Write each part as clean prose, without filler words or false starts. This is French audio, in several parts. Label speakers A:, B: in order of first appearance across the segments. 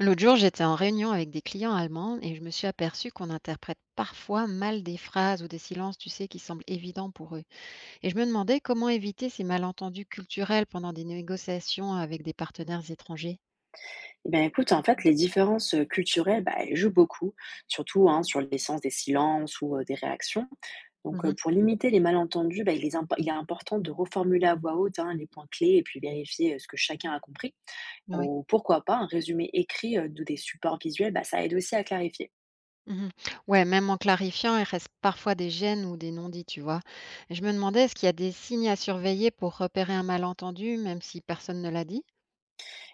A: L'autre jour, j'étais en réunion avec des clients allemands et je me suis aperçue qu'on interprète parfois mal des phrases ou des silences, tu sais, qui semblent évidents pour eux. Et je me demandais comment éviter ces malentendus culturels pendant des négociations avec des partenaires étrangers.
B: Eh ben, écoute, en fait, les différences culturelles, bah, elles jouent beaucoup, surtout hein, sur l'essence des silences ou des réactions. Donc,
A: Mhm,
B: pour limiter les malentendus, bah, il est important de reformuler à voix haute hein, les points clés et puis vérifier ce que chacun a compris.
A: oui.
B: Ou pourquoi pas un résumé écrit ou des supports visuels, bah, ça aide aussi à clarifier.
A: Mhm. Ouais, même en clarifiant, il reste parfois des gênes ou des non-dits, tu vois. Et je me demandais, est-ce qu'il y a des signes à surveiller pour repérer un malentendu, même si personne ne l'a dit?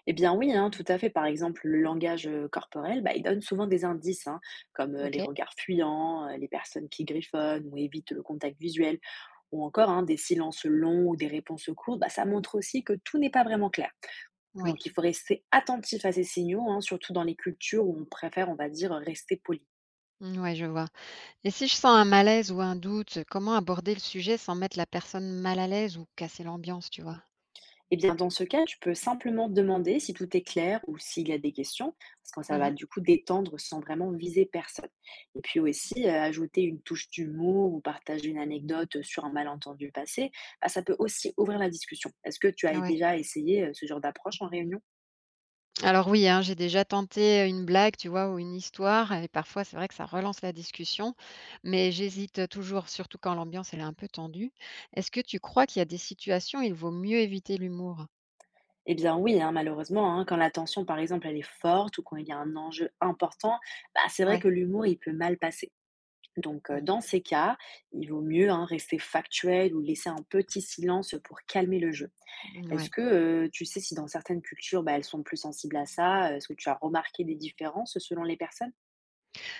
B: Eh bien oui, hein, tout à fait. Par exemple, le langage corporel, bah, il donne souvent des indices, hein, comme
A: Ok,
B: les regards fuyants, les personnes qui griffonnent ou évitent le contact visuel. Ou encore hein, des silences longs ou des réponses courtes, bah, ça montre aussi que tout n'est pas vraiment clair.
A: oui,
B: Donc il faut rester attentif à ces signaux, hein, surtout dans les cultures où on préfère, on va dire, rester poli.
A: mmh, ouais, je vois. Et si je sens un malaise ou un doute, comment aborder le sujet sans mettre la personne mal à l'aise ou casser l'ambiance, tu vois?
B: Eh bien dans ce cas, tu peux simplement demander si tout est clair ou s'il y a des questions, parce que ça
A: Mmh
B: va
A: mh.
B: du coup détendre sans vraiment viser personne. Et puis aussi, ajouter une touche d'humour ou partager une anecdote sur un malentendu passé, bah, ça peut aussi ouvrir la discussion. Est-ce que tu as
A: Ouais.
B: déjà essayé ce genre d'approche en réunion?
A: Alors oui, hein, j'ai déjà tenté, une blague, tu vois, ou une histoire et parfois c'est vrai que ça relance la discussion, mais j'hésite, toujours, surtout quand l'ambiance elle est un peu tendue. Est-ce que tu crois qu'il y a des situations où il vaut mieux éviter l'humour?
B: Eh bien oui, hein, malheureusement, hein, quand la tension, par exemple, elle est forte ou quand il y a un enjeu important, bah, c'est vrai
A: Ouais.
B: que l'humour, il peut mal passer. Donc,
A: Mmh.
B: dans ces cas, il vaut mieux hein, rester factuel ou laisser un petit silence pour calmer le jeu. Est-ce
A: Ouais.
B: que tu sais si dans certaines cultures, bah, elles sont plus sensibles à ça? Est-ce que tu as remarqué des différences selon les personnes?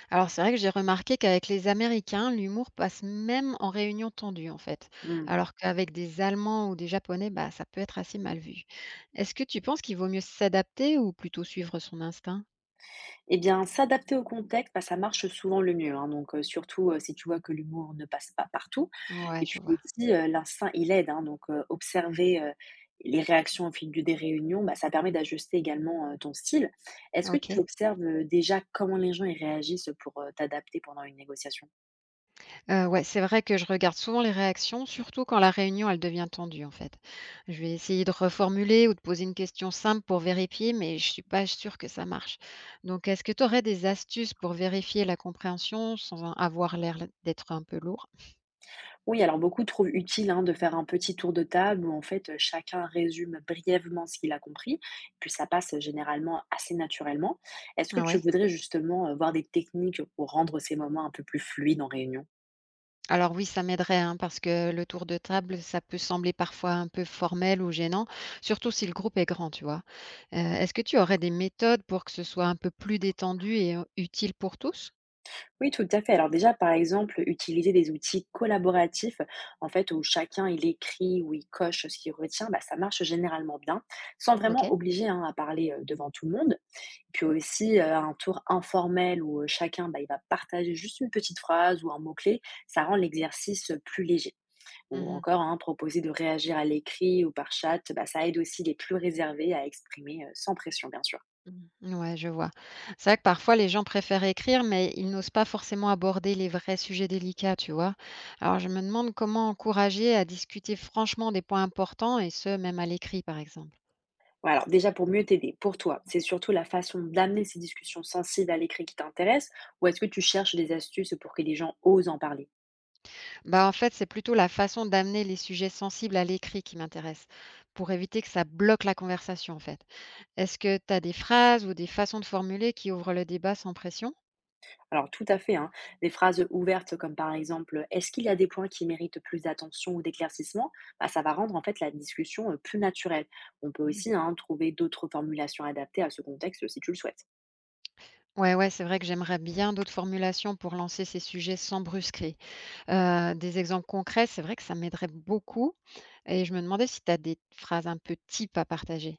A: Alors c'est vrai que j'ai remarqué qu'avec les Américains, l'humour passe même en réunion tendue en fait,
B: Hmm.
A: alors qu'avec des Allemands ou des Japonais, bah, ça peut être assez mal vu. Est-ce que tu penses qu'il vaut mieux s'adapter ou plutôt suivre son instinct?
B: Eh bien, s'adapter au contexte, bah, ça marche souvent le mieux, hein, donc surtout, si tu vois que l'humour ne passe pas partout,
A: Ouais,
B: et
A: je
B: puis
A: vois.
B: aussi, l'instinct, il aide, hein, donc observer, les réactions au fil du des réunions, bah, ça permet d'ajuster également, ton style. Est-ce que
A: Ok.
B: tu observes, déjà comment les gens, ils réagissent pour, t'adapter pendant une négociation?
A: Ouais, c'est vrai que je regarde souvent les réactions, surtout quand la réunion, elle devient tendue en fait. Je vais essayer de reformuler ou de poser une question simple pour vérifier, mais je suis pas sûre que ça marche. Donc, est-ce que tu aurais des astuces pour vérifier la compréhension sans en avoir l'air d'être un peu lourd?
B: Oui, alors beaucoup trouvent utile hein, de faire un petit tour de table où en fait chacun résume brièvement ce qu'il a compris, puis ça passe généralement assez naturellement. Est-ce que
A: Ah
B: tu
A: ouais?
B: voudrais justement voir des techniques pour rendre ces moments un peu plus fluides en réunion?
A: Alors oui, ça m'aiderait, hein, parce que le tour de table, ça peut sembler parfois un peu formel ou gênant, surtout si le groupe est grand, tu vois. Est-ce que tu aurais des méthodes pour que ce soit un peu plus détendu et utile pour tous?
B: Oui, tout à fait. Alors déjà, par exemple, utiliser des outils collaboratifs, en fait, où chacun il écrit ou il coche ce qu'il retient, bah, ça marche généralement bien, sans
A: Ok.
B: vraiment obliger hein, à parler devant tout le monde. Puis aussi, un tour informel où, chacun, bah, il va partager juste une petite phrase ou un mot-clé, ça rend l'exercice, plus léger. Ou
A: Mhm.
B: encore, hein, proposer de réagir à l'écrit ou par chat, bah, ça aide aussi les plus réservés à exprimer, sans pression, bien sûr.
A: Mhm. Ouais, je vois. C'est vrai que parfois les gens préfèrent écrire, mais ils n'osent pas forcément aborder les vrais sujets délicats, tu vois. Alors je me demande comment encourager à discuter franchement des points importants, et ce, même à l'écrit, par exemple.
B: Ouais, alors déjà pour mieux t'aider, pour toi, c'est surtout la façon d'amener ces discussions sensibles à l'écrit qui t'intéresse, ou est-ce que tu cherches des astuces pour que les gens osent en parler?
A: Bah, en fait, c'est plutôt la façon d'amener les sujets sensibles à l'écrit qui m'intéresse, pour éviter que ça bloque la conversation, en fait. Est-ce que tu as des phrases ou des façons de formuler qui ouvrent le débat sans pression?
B: Alors tout à fait, hein. Des phrases ouvertes comme par exemple «Est-ce qu'il y a des points qui méritent plus d'attention ou d'éclaircissement?» Bah, ça va rendre en fait la discussion plus naturelle. On peut aussi hein, trouver d'autres formulations adaptées à ce contexte si tu le souhaites.
A: Ouais, ouais, c'est vrai que j'aimerais bien d'autres formulations pour lancer ces sujets sans brusquerie. Des exemples concrets, c'est vrai que ça m'aiderait beaucoup. Et je me demandais si tu as des phrases un peu type à partager.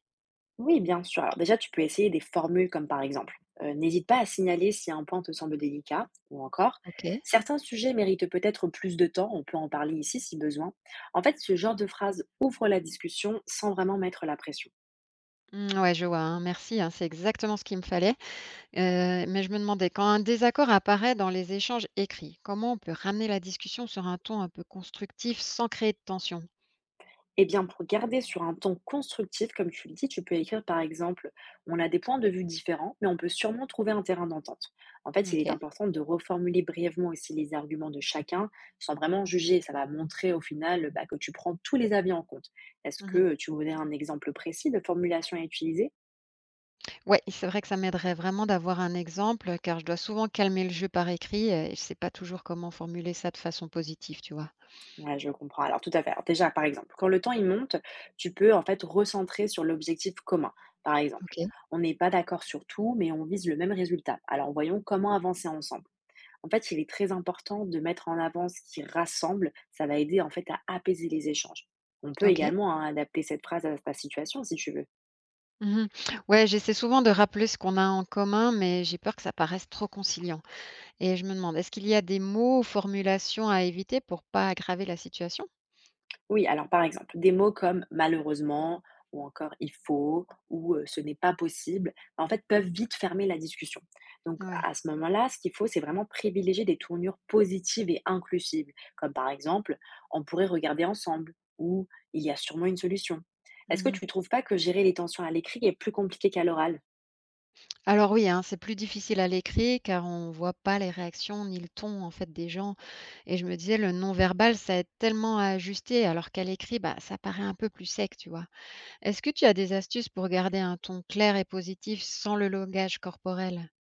B: Oui, bien sûr. Alors déjà, tu peux essayer des formules comme par exemple «N'hésite pas à signaler si un point te semble délicat» ou encore
A: Ok.
B: «Certains sujets méritent peut-être plus de temps, on peut en parler ici si besoin». En fait, ce genre de phrase ouvre la discussion sans vraiment mettre la pression.
A: Mm, ouais, je vois, hein, merci, hein, c'est exactement ce qu'il me fallait. Mais je me demandais, quand un désaccord apparaît dans les échanges écrits, comment on peut ramener la discussion sur un ton un peu constructif sans créer de tension?
B: Eh bien, pour garder sur un ton constructif, comme tu le dis, tu peux écrire par exemple, on a des points de vue différents, mais on peut sûrement trouver un terrain d'entente. En fait, il est
A: OK.
B: important de reformuler brièvement aussi les arguments de chacun, sans vraiment juger. Ça va montrer au final bah, que tu prends tous les avis en compte. Est-ce
A: Mmh.
B: que tu voudrais un exemple précis de formulation à utiliser?
A: Ouais, c'est vrai que ça m'aiderait vraiment d'avoir un exemple, car je dois souvent calmer le jeu par écrit, et je sais pas toujours comment formuler ça de façon positive, tu vois?
B: Ouais, je comprends. Alors, tout à fait. Alors, déjà, par exemple, quand le temps il monte, tu peux en fait recentrer sur l'objectif commun. Par exemple,
A: OK.
B: on n'est pas d'accord sur tout, mais on vise le même résultat. Alors, voyons comment avancer ensemble. En fait, il est très important de mettre en avant ce qui rassemble. Ça va aider en fait à apaiser les échanges. On peut
A: OK.
B: également hein, adapter cette phrase à ta situation si tu veux.
A: Mmh. Ouais, j'essaie souvent de rappeler ce qu'on a en commun, mais j'ai peur que ça paraisse trop conciliant et je me demande, est-ce qu'il y a des mots ou formulations à éviter pour pas aggraver la situation?
B: Oui, alors par exemple, des mots comme malheureusement ou encore il faut ou ce n'est pas possible, en fait, peuvent vite fermer la discussion. Donc
A: Ouais.
B: à ce moment-là, ce qu'il faut, c'est vraiment privilégier des tournures positives et inclusives, comme par exemple, on pourrait regarder ensemble ou il y a sûrement une solution. Est-ce que
A: Mmh.
B: tu ne trouves pas que gérer les tensions à l'écrit est plus compliqué qu'à l'oral?
A: Alors oui, hein, c'est plus difficile à l'écrit car on voit pas les réactions ni le ton en fait des gens. Et je me disais, le non-verbal, ça aide tellement à ajuster, alors qu'à l'écrit, bah, ça paraît un peu plus sec, tu vois. Est-ce que tu as des astuces pour garder un ton clair et positif sans le langage corporel?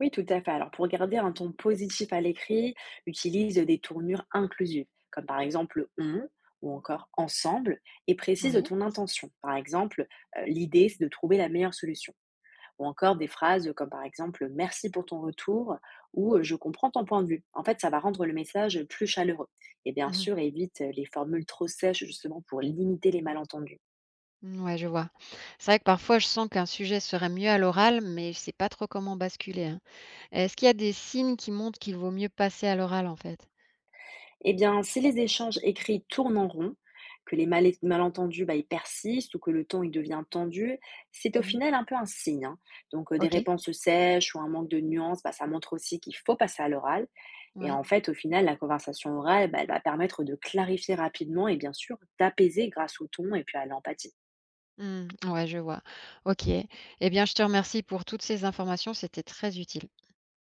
B: Oui, tout à fait. Alors, pour garder un ton positif à l'écrit, utilise des tournures inclusives, comme par exemple on ou encore ensemble, et précise
A: Ouais.
B: ton intention. Par exemple, l'idée, c'est de trouver la meilleure solution. Ou encore des phrases comme par exemple merci pour ton retour ou je comprends ton point de vue. En fait, ça va rendre le message plus chaleureux. Et bien
A: Mhm.
B: sûr, évite les formules trop sèches justement pour limiter les malentendus.
A: Ouais, je vois. C'est vrai que parfois, je sens qu'un sujet serait mieux à l'oral, mais je sais pas trop comment basculer, hein. Est-ce qu'il y a des signes qui montrent qu'il vaut mieux passer à l'oral en fait?
B: Eh bien, si les échanges écrits tournent en rond, que malentendus bah, ils persistent ou que le ton il devient tendu, c'est au
A: Mhm.
B: final un peu un signe, hein. Donc, des
A: Ok.
B: réponses sèches ou un manque de nuances, bah, ça montre aussi qu'il faut passer à l'oral. Et
A: Ouais.
B: en fait, au final, la conversation orale, bah, elle va permettre de clarifier rapidement et bien sûr d'apaiser grâce au ton et puis à l'empathie.
A: Mmh. Ouais, je vois. OK. Eh bien, je te remercie pour toutes ces informations, c'était très utile.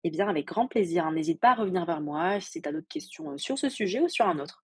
B: Eh bien, avec grand plaisir, hein. N'hésite pas à revenir vers moi si tu as d'autres questions sur ce sujet ou sur un autre.